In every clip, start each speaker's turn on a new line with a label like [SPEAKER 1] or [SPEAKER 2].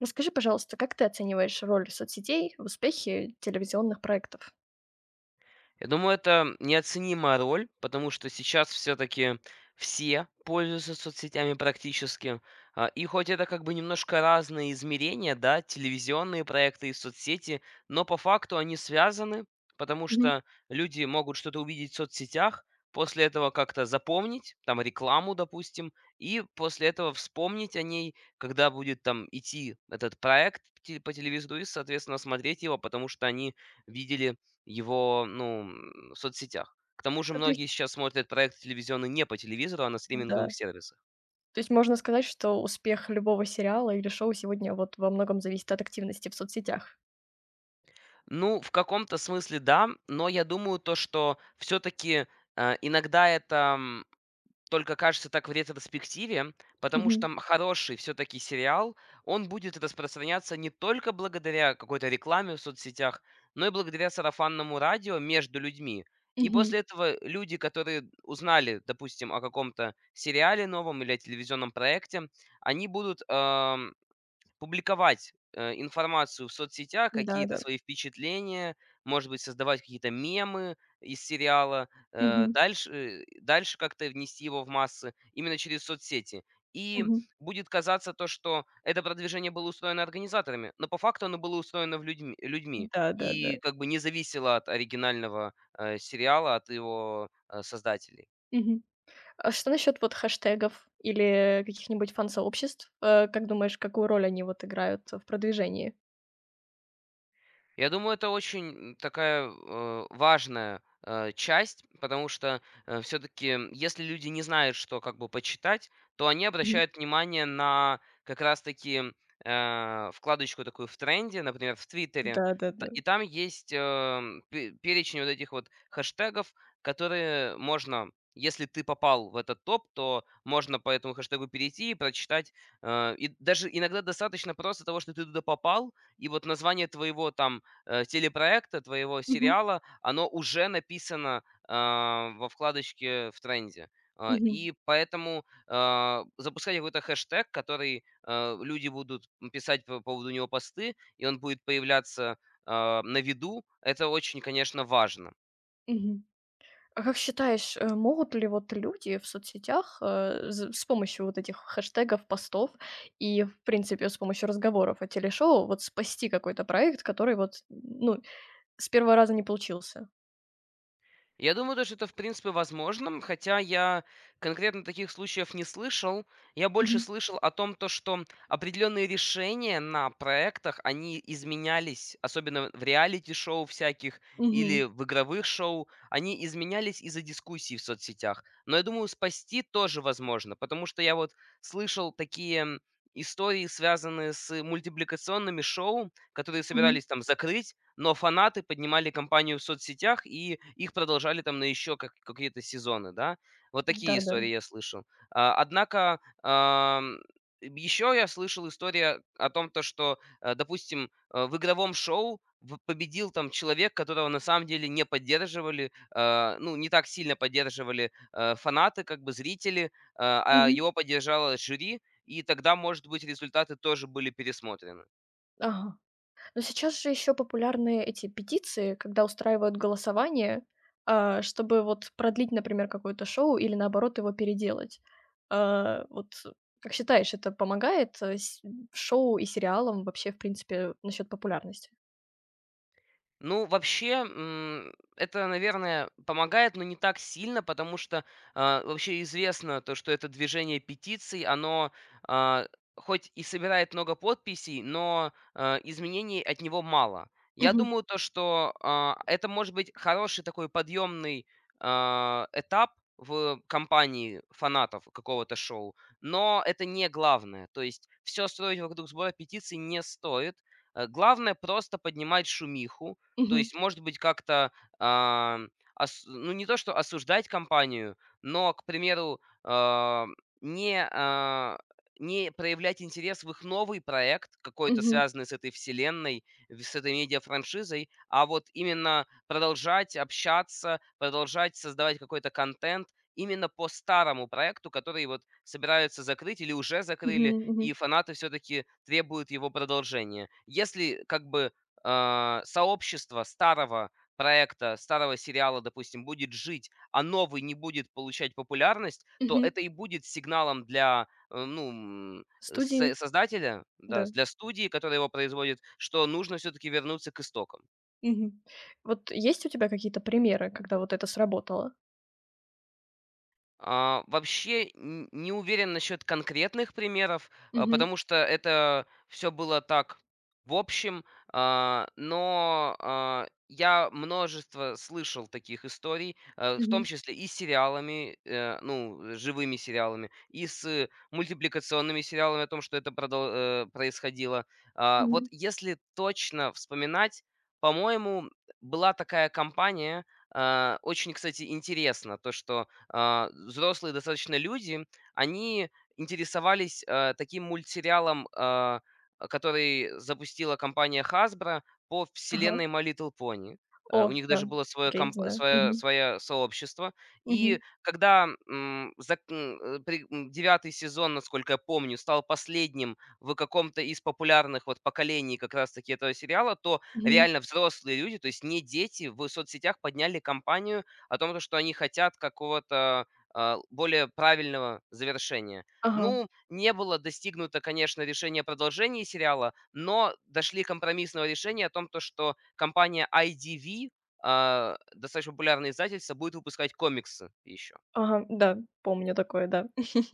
[SPEAKER 1] Расскажи, пожалуйста, как ты оцениваешь роль соцсетей в успехе телевизионных проектов?
[SPEAKER 2] Я думаю, это неоценимая роль, потому что сейчас все-таки все пользуются соцсетями практически. И хоть это как бы немножко разные измерения, да, телевизионные проекты и соцсети, но по факту они связаны, потому
[SPEAKER 1] Мгм.
[SPEAKER 2] что люди могут что-то увидеть в соцсетях, после этого как-то запомнить, там рекламу, допустим, и после этого вспомнить о ней, когда будет там идти этот проект по телевизору и, соответственно, смотреть его, потому что они видели его, ну, в соцсетях. К тому же
[SPEAKER 1] Ну, то
[SPEAKER 2] многие
[SPEAKER 1] есть,
[SPEAKER 2] сейчас смотрят проект телевизионный не по телевизору, а на
[SPEAKER 1] да,
[SPEAKER 2] стриминговых сервисах.
[SPEAKER 1] то есть можно сказать, что успех любого сериала или шоу сегодня вот во многом зависит от активности в соцсетях.
[SPEAKER 2] Ну, в каком-то смысле да, но я думаю то, что все таки иногда это, только, кажется, так в ретроспективе, потому что,
[SPEAKER 1] Мгм.
[SPEAKER 2] хороший все таки сериал, он будет распространяться не только благодаря какой-то рекламе в соцсетях, но и благодаря сарафанному радио между людьми. И
[SPEAKER 1] Мгм.
[SPEAKER 2] после этого люди, которые узнали, допустим, о каком-то сериале новом или о телевизионном проекте, они будут, публиковать, информацию в соцсетях, какие-то
[SPEAKER 1] Да-да.
[SPEAKER 2] свои впечатления, может быть, создавать какие-то мемы из сериала,
[SPEAKER 1] Мгм.
[SPEAKER 2] дальше, дальше как-то внести его в массы именно через соцсети. И
[SPEAKER 1] Мгм.
[SPEAKER 2] будет казаться то, что это продвижение было устроено организаторами, но по факту оно было устроено в людьми
[SPEAKER 1] Да-да-да.
[SPEAKER 2] и как бы не зависело от оригинального, сериала, от его, создателей.
[SPEAKER 1] Мгм. А что насчет вот хэштегов или каких-нибудь фан-сообществ? Как думаешь, какую роль они вот играют в продвижении?
[SPEAKER 2] Я думаю, это очень такая, важная, часть, потому что, все таки если люди не знают, что как бы почитать, то они
[SPEAKER 1] Мгм.
[SPEAKER 2] обращают внимание на как раз таки, вкладочку такую в тренде, например, в "Твиттере", т
[SPEAKER 1] Да-да-да.
[SPEAKER 2] и там есть, пе перечень вот этих вот хэштегов, которые можно, если ты попал в этот топ, то можно по этому хэштегу перейти и прочитать. И даже иногда достаточно просто того, что ты туда попал, и вот название твоего там телепроекта, твоего
[SPEAKER 1] Мгм.
[SPEAKER 2] сериала, оно уже написано во вкладочке в тренде. А,
[SPEAKER 1] Мгм.
[SPEAKER 2] И поэтому запускать какой-то хэштег, который люди будут писать по поводу него посты, и он будет появляться на виду, это очень, конечно, важно.
[SPEAKER 1] Мгм. А как считаешь, могут ли вот люди в соцсетях, э, з с помощью вот этих хэштегов, постов и, в принципе, с помощью разговоров о телешоу вот спасти какой-то проект, который вот, ну, с первого раза не получился?
[SPEAKER 2] Я думаю, то, что это в принципе возможно, хотя я конкретно таких случаев не слышал. Я больше
[SPEAKER 1] Мгм.
[SPEAKER 2] слышал о том, то, что определенные решения на проектах, они изменялись, особенно в реалити-шоу всяких или
[SPEAKER 1] Мгм.
[SPEAKER 2] в игровых шоу, они изменялись из-за дискуссий в соцсетях. Но я думаю, спасти тоже возможно, потому что я вот слышал такие истории, связанные с мультипликационными шоу, которые
[SPEAKER 1] Мгм.
[SPEAKER 2] собирались там закрыть, но фанаты поднимали компанию в соцсетях, и их продолжали там на еще как какие-то сезоны, да. Вот такие
[SPEAKER 1] Да-да.
[SPEAKER 2] истории я слышал. Однако, еще я слышал историю о том, то что, допустим, в игровом шоу в победил там человек, которого на самом деле не поддерживали, ну, не так сильно поддерживали, фанаты, как бы зрители, а
[SPEAKER 1] Мгм.
[SPEAKER 2] его поддержало жюри, и тогда, может быть, результаты тоже были пересмотрены.
[SPEAKER 1] Ага. Но сейчас же еще популярны эти петиции, когда устраивают голосование, а, чтобы вот продлить, например, какое-то шоу или, наоборот, его переделать. А, вот как считаешь, это помогает, с шоу и сериалам вообще, в принципе, насчет популярности?
[SPEAKER 2] Ну, вообще, это, наверное, помогает, но не так сильно, потому что вообще известно то, что это движение петиций, оно а, хоть и собирает много подписей, но изменений от него мало. Я
[SPEAKER 1] Мгм,
[SPEAKER 2] думаю, то, что это может быть хороший такой подъемный этап в компании фанатов какого-то шоу, но это не главное. То есть все строить вокруг сбора петиций не стоит. Главное просто поднимать шумиху, то
[SPEAKER 1] мгм,
[SPEAKER 2] есть, может быть, как-то, а, ос ну, не то, что осуждать компанию, но, к примеру, не, а, не проявлять интерес в их новый проект, какой-то
[SPEAKER 1] мгм,
[SPEAKER 2] связанный с этой вселенной, в с этой медиафраншизой, а вот именно продолжать общаться, продолжать создавать какой-то контент именно по старому проекту, который вот собираются закрыть или уже
[SPEAKER 1] мгм,
[SPEAKER 2] закрыли, и
[SPEAKER 1] мгм,
[SPEAKER 2] фанаты все таки требуют его продолжения. Если как бы сообщество старого проекта, старого сериала, допустим, будет жить, а новый не будет получать популярность, то
[SPEAKER 1] мгм.
[SPEAKER 2] это и будет сигналом для, ну, м, со
[SPEAKER 1] Студии,
[SPEAKER 2] создателя, да,
[SPEAKER 1] да.
[SPEAKER 2] для студии, которая его производит, что нужно все-таки вернуться к истокам.
[SPEAKER 1] Мгм. Вот есть у тебя какие-то примеры, когда вот это сработало?
[SPEAKER 2] Вообще н не уверен насчет конкретных примеров,
[SPEAKER 1] Мгм,
[SPEAKER 2] потому что это все было так в общем. Но я множество слышал таких историй, в том
[SPEAKER 1] мгм,
[SPEAKER 2] числе и с сериалами, ну, живыми сериалами, и с мультипликационными сериалами о том, что это происходило. Вот
[SPEAKER 1] мгм.
[SPEAKER 2] если точно вспоминать, по-моему, была такая компания, очень, кстати, интересно то, что, взрослые достаточно люди, они интересовались, таким мультсериалом, который запустила компания Hasbro по
[SPEAKER 1] Ага.
[SPEAKER 2] вселенной My Little Pony. У
[SPEAKER 1] О,
[SPEAKER 2] них даже
[SPEAKER 1] да,
[SPEAKER 2] было свое
[SPEAKER 1] окей,
[SPEAKER 2] комп
[SPEAKER 1] знаю.
[SPEAKER 2] свое
[SPEAKER 1] Мгм,
[SPEAKER 2] свое сообщество.
[SPEAKER 1] мгм,
[SPEAKER 2] И когда, м, зак м, э, при м, 9 сезон, насколько я помню, стал последним в каком-то из популярных вот поколений как раз таки этого сериала, то
[SPEAKER 1] мгм.
[SPEAKER 2] реально взрослые люди, то есть не дети, в соцсетях подняли кампанию о том, то, что они хотят какого-то более правильного завершения.
[SPEAKER 1] Ага,
[SPEAKER 2] Ну, не было достигнуто, конечно, решение о продолжении сериала, но дошли компромиссного решения о том, то, что компания IDV, достаточно популярное издательство, будет выпускать комиксы еще.
[SPEAKER 1] ага, да, помню такое, да.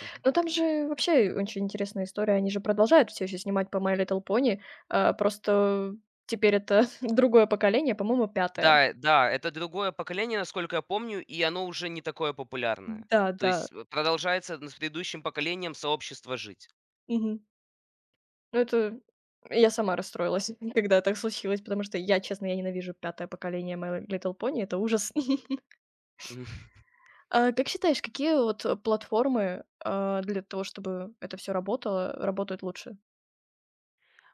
[SPEAKER 2] Мгм.
[SPEAKER 1] Но там же вообще очень интересная история. Они же продолжают все еще снимать по My Little Pony, а, просто теперь это другое поколение, по-моему, пятое.
[SPEAKER 2] Да, да, это другое поколение, насколько я помню, и оно уже не такое популярное.
[SPEAKER 1] Да,
[SPEAKER 2] То
[SPEAKER 1] да,
[SPEAKER 2] есть продолжается с предыдущим поколением сообщества жить.
[SPEAKER 1] мгм. Ну, это я сама расстроилась, когда так случилось, потому что я, честно, я ненавижу пятое поколение My Little Pony, это ужас. А как считаешь, какие вот, платформы, а, для того, чтобы это все работало, работают лучше?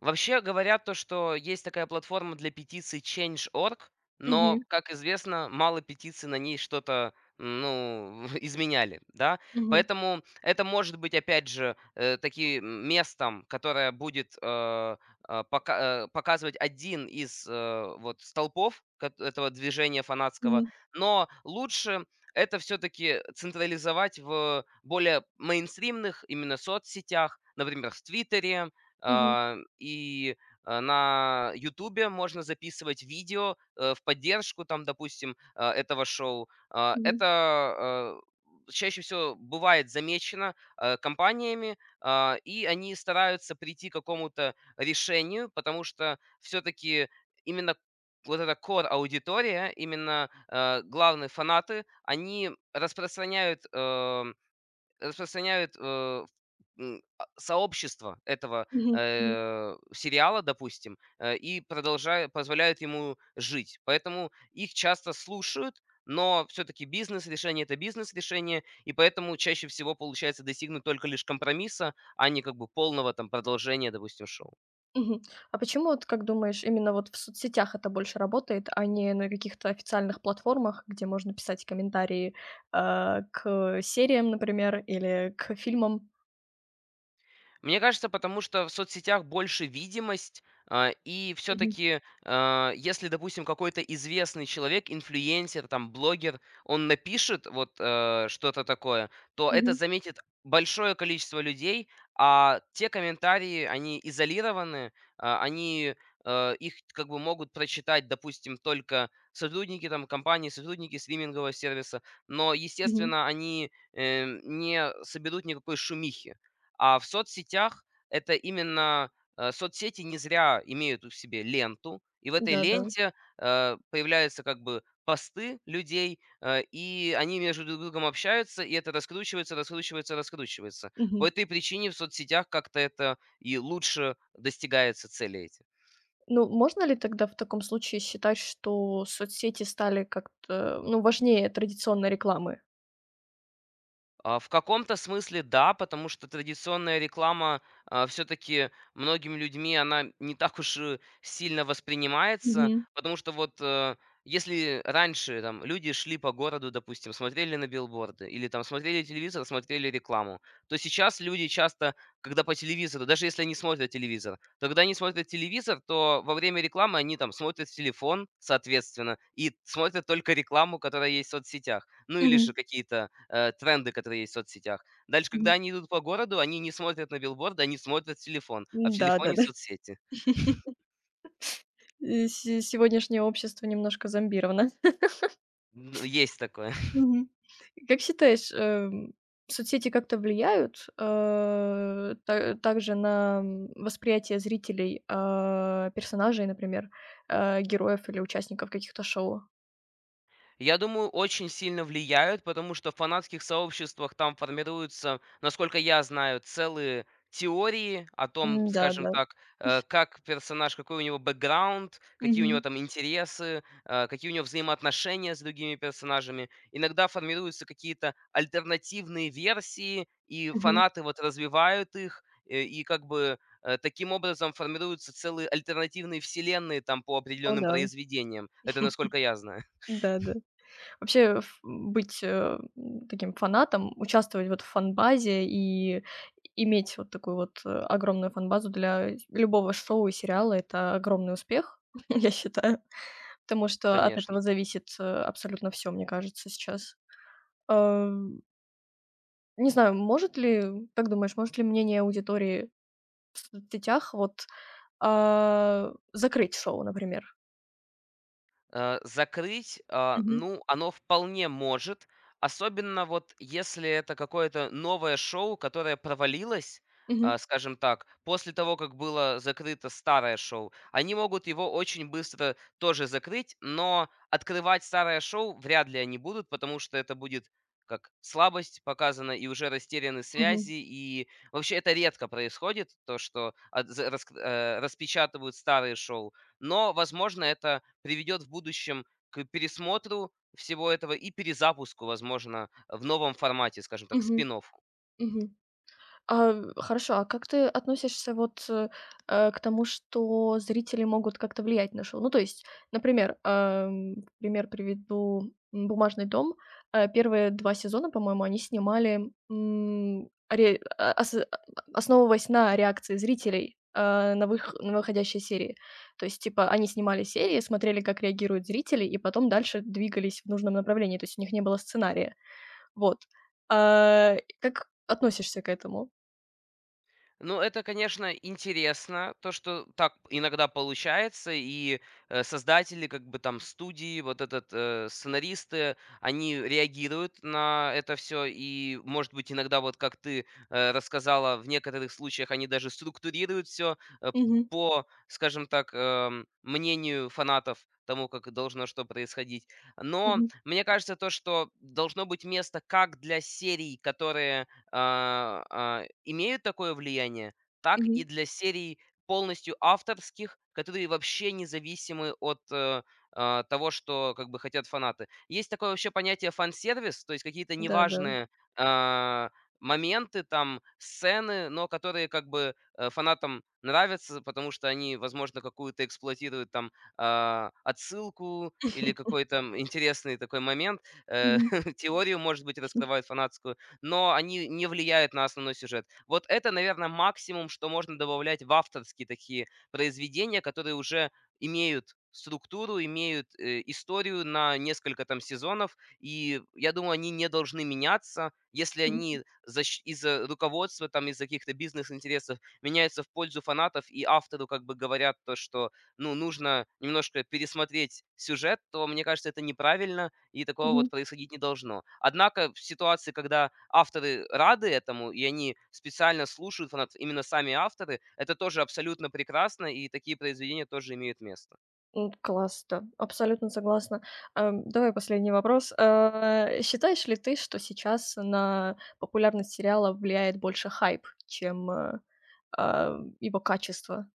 [SPEAKER 2] Вообще говорят то, что есть такая платформа для петиций Change.org,
[SPEAKER 1] Мгм,
[SPEAKER 2] но, как известно, мало петиций на ней что-то ну, изменяли, да,
[SPEAKER 1] мгм,
[SPEAKER 2] поэтому это может быть, опять же, таким местом, которое будет показывать один из вот столпов этого движения фанатского,
[SPEAKER 1] мгм,
[SPEAKER 2] но лучше это все-таки централизовать в более мейнстримных именно соцсетях, например, в Твиттере,
[SPEAKER 1] мгм,
[SPEAKER 2] а, и, на "Ютубе" можно записывать видео, в поддержку, там, допустим, этого шоу.
[SPEAKER 1] мгм,
[SPEAKER 2] Это, чаще всего бывает замечено, компаниями, и они стараются прийти к какому-то решению, потому что все таки именно вот эта core аудитория именно, главные фанаты, они распространяют, Распространяют, э, сообщество этого,
[SPEAKER 1] мгм, мгм.
[SPEAKER 2] сериала, допустим, и продолжают позволяют ему жить. Поэтому их часто слушают, но все таки бизнес-решение- это бизнес-решение, и поэтому чаще всего получается достигнуть только лишь компромисса, а не как бы полного там продолжения, допустим, шоу.
[SPEAKER 1] Мгм. А почему, вот как думаешь, именно вот в соцсетях это больше работает, а не на каких-то официальных платформах, где можно писать комментарии, а, к сериям, например, или к фильмам?
[SPEAKER 2] Мне кажется, потому что в соцсетях больше видимость, и
[SPEAKER 1] Мгм.
[SPEAKER 2] все-таки, если, допустим, какой-то известный человек, инфлюенсер, там, блогер, он напишет вот что-то такое, то это
[SPEAKER 1] Мгм.
[SPEAKER 2] заметит большое количество людей, а те комментарии, они изолированы, они их как бы могут прочитать, допустим, только сотрудники там компании, сотрудники стримингового сервиса, но,
[SPEAKER 1] Мгм.
[SPEAKER 2] естественно, они не соберут никакой шумихи. А в соцсетях это именно, соцсети не зря имеют в себе ленту, и в этой
[SPEAKER 1] Да-да.
[SPEAKER 2] ленте, появляются как бы посты людей, и они между друг другом общаются, и это раскручивается, раскручивается, раскручивается. По
[SPEAKER 1] Мгм.
[SPEAKER 2] этой причине в соцсетях как-то это и лучше достигается цели эти.
[SPEAKER 1] Ну, можно ли тогда в таком случае считать, что соцсети стали как-то, ну, важнее традиционной рекламы?
[SPEAKER 2] В каком-то смысле да, потому что традиционная реклама, все-таки многими людьми она не так уж и сильно воспринимается,
[SPEAKER 1] Мгм.
[SPEAKER 2] потому что вот, если раньше там люди шли по городу, допустим, смотрели на билборды или там смотрели телевизор, смотрели рекламу, то сейчас люди часто, когда по телевизору, даже если они смотрят телевизор, то когда они смотрят телевизор, то во время рекламы они там смотрят в телефон, соответственно, и смотрят только рекламу, которая есть в соцсетях. Ну или же
[SPEAKER 1] Мгм.
[SPEAKER 2] какие-то тренды, которые есть в соцсетях. Дальше, когда
[SPEAKER 1] Мгм.
[SPEAKER 2] они идут по городу, они не смотрят на билборды, они смотрят в телефон, а в телефоне
[SPEAKER 1] Да-да-да.
[SPEAKER 2] соцсети.
[SPEAKER 1] Э, се сегодняшнее общество немножко зомбировано.
[SPEAKER 2] Есть такое.
[SPEAKER 1] Мгм. Как считаешь, соцсети как-то влияют, э, та также на, восприятие зрителей, персонажей, например, героев или участников каких-то шоу?
[SPEAKER 2] Я думаю, очень сильно влияют, потому что в фанатских сообществах там формируются, насколько я знаю, целые теории о том,
[SPEAKER 1] М, да,
[SPEAKER 2] скажем
[SPEAKER 1] да.
[SPEAKER 2] так, как персонаж, какой у него бэкграунд, какие у него
[SPEAKER 1] Мгм.
[SPEAKER 2] там интересы, какие у него взаимоотношения с другими персонажами. Иногда формируются какие-то альтернативные версии, и
[SPEAKER 1] Мгм.
[SPEAKER 2] фанаты вот развивают их, и как бы таким образом формируются целые альтернативные вселенные там по
[SPEAKER 1] О
[SPEAKER 2] определенным
[SPEAKER 1] да,
[SPEAKER 2] произведениям. Это насколько я знаю,
[SPEAKER 1] да-да. Вообще, ф быть, э, м, таким фанатом, участвовать вот в фанбазе и иметь вот такую вот, огромную фанбазу для любого шоу и сериала- это огромный успех, я считаю. Потому что от
[SPEAKER 2] конечно.
[SPEAKER 1] этого зависит, абсолютно все, мне кажется, сейчас. Эм, не знаю, может ли, как думаешь, может ли мнение аудитории в соцсетях вот, а, закрыть шоу, например?
[SPEAKER 2] Закрыть,
[SPEAKER 1] Мгм.
[SPEAKER 2] ну, оно вполне может, особенно вот если это какое-то новое шоу, которое провалилось,
[SPEAKER 1] Мгм.
[SPEAKER 2] скажем так, после того, как было закрыто старое шоу. Они могут его очень быстро тоже закрыть, но открывать старое шоу вряд ли они будут, потому что это будет как слабость показана, и уже растеряны связи,
[SPEAKER 1] Мгм.
[SPEAKER 2] и вообще это редко происходит, то, что распечатывают старые шоу. Но, возможно, это приведет в будущем к пересмотру всего этого и перезапуску, возможно, в новом формате, скажем так,
[SPEAKER 1] Мгм.
[SPEAKER 2] спин.
[SPEAKER 1] Мгм. А, хорошо, а как ты относишься вот, к тому, что зрители могут как-то влиять на шоу? Ну, то есть, например, пример приведу, "Бумажный дом". Первые 2 сезона, по-моему, они снимали, м, ре а ас а основываясь на реакции зрителей, на выходящие серии. То есть, типа, они снимали серии, смотрели, как реагируют зрители, и потом дальше двигались в нужном направлении. То есть у них не было сценария. Вот. А, как относишься к этому?
[SPEAKER 2] Ну, это, конечно, интересно, то, что так иногда получается, и создатели, как бы там студии, вот этот сценаристы, они реагируют на это все, и, может быть, иногда, вот как ты рассказала, в некоторых случаях они даже структурируют все
[SPEAKER 1] Мгм.
[SPEAKER 2] по, скажем так, мнению фанатов тому, как должно что происходить. Но
[SPEAKER 1] Мгм.
[SPEAKER 2] мне кажется, то, что должно быть место как для серий, которые имеют такое влияние, так и
[SPEAKER 1] Мгм.
[SPEAKER 2] для серий полностью авторских, которые вообще независимы от того, что как бы хотят фанаты. Есть такое вообще понятие фан-сервис, то есть какие-то
[SPEAKER 1] Да-да.
[SPEAKER 2] неважные а, моменты, там, сцены, но которые как бы фанатам нравятся, потому что они, возможно, какую-то эксплуатируют там отсылку или какой-то интересный такой момент, э,
[SPEAKER 1] Мгм.
[SPEAKER 2] теорию, может быть, раскрывают фанатскую, но они не влияют на основной сюжет. Вот это, наверное, максимум, что можно добавлять в авторские такие произведения, которые уже имеют структуру, имеют историю на несколько там сезонов, и я думаю, они не должны меняться, если
[SPEAKER 1] Мгм.
[SPEAKER 2] они из-за руководства, там, из-за каких-то бизнес-интересов меняются в пользу фанатов, и автору как бы говорят то, что, ну, нужно немножко пересмотреть сюжет, то, мне кажется, это неправильно, и такого
[SPEAKER 1] Мгм.
[SPEAKER 2] вот происходить не должно. Однако в ситуации, когда авторы рады этому, и они специально слушают фанатов, именно сами авторы, это тоже абсолютно прекрасно, и такие произведения тоже имеют место.
[SPEAKER 1] М, класс, да, абсолютно согласна. Давай последний вопрос. Считаешь ли ты, что сейчас на популярность сериала влияет больше хайп, чем, его качество?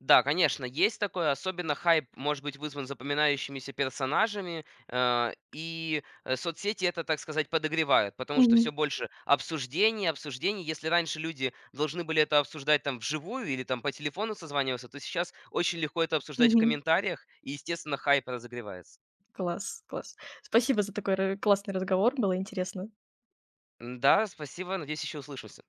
[SPEAKER 2] Да, конечно, есть такое. Особенно хайп может быть вызван запоминающимися персонажами, соцсети это, так сказать, подогревают, потому что все
[SPEAKER 1] Мгм.
[SPEAKER 2] больше обсуждений, обсуждений. Если раньше люди должны были это обсуждать там вживую или там по телефону созваниваться, то сейчас очень легко это обсуждать в
[SPEAKER 1] Мгм.
[SPEAKER 2] комментариях, и, естественно, хайп разогревается.
[SPEAKER 1] Класс, класс. Спасибо за такой ра классный разговор, было интересно.
[SPEAKER 2] М-да, спасибо, надеюсь, еще услышимся.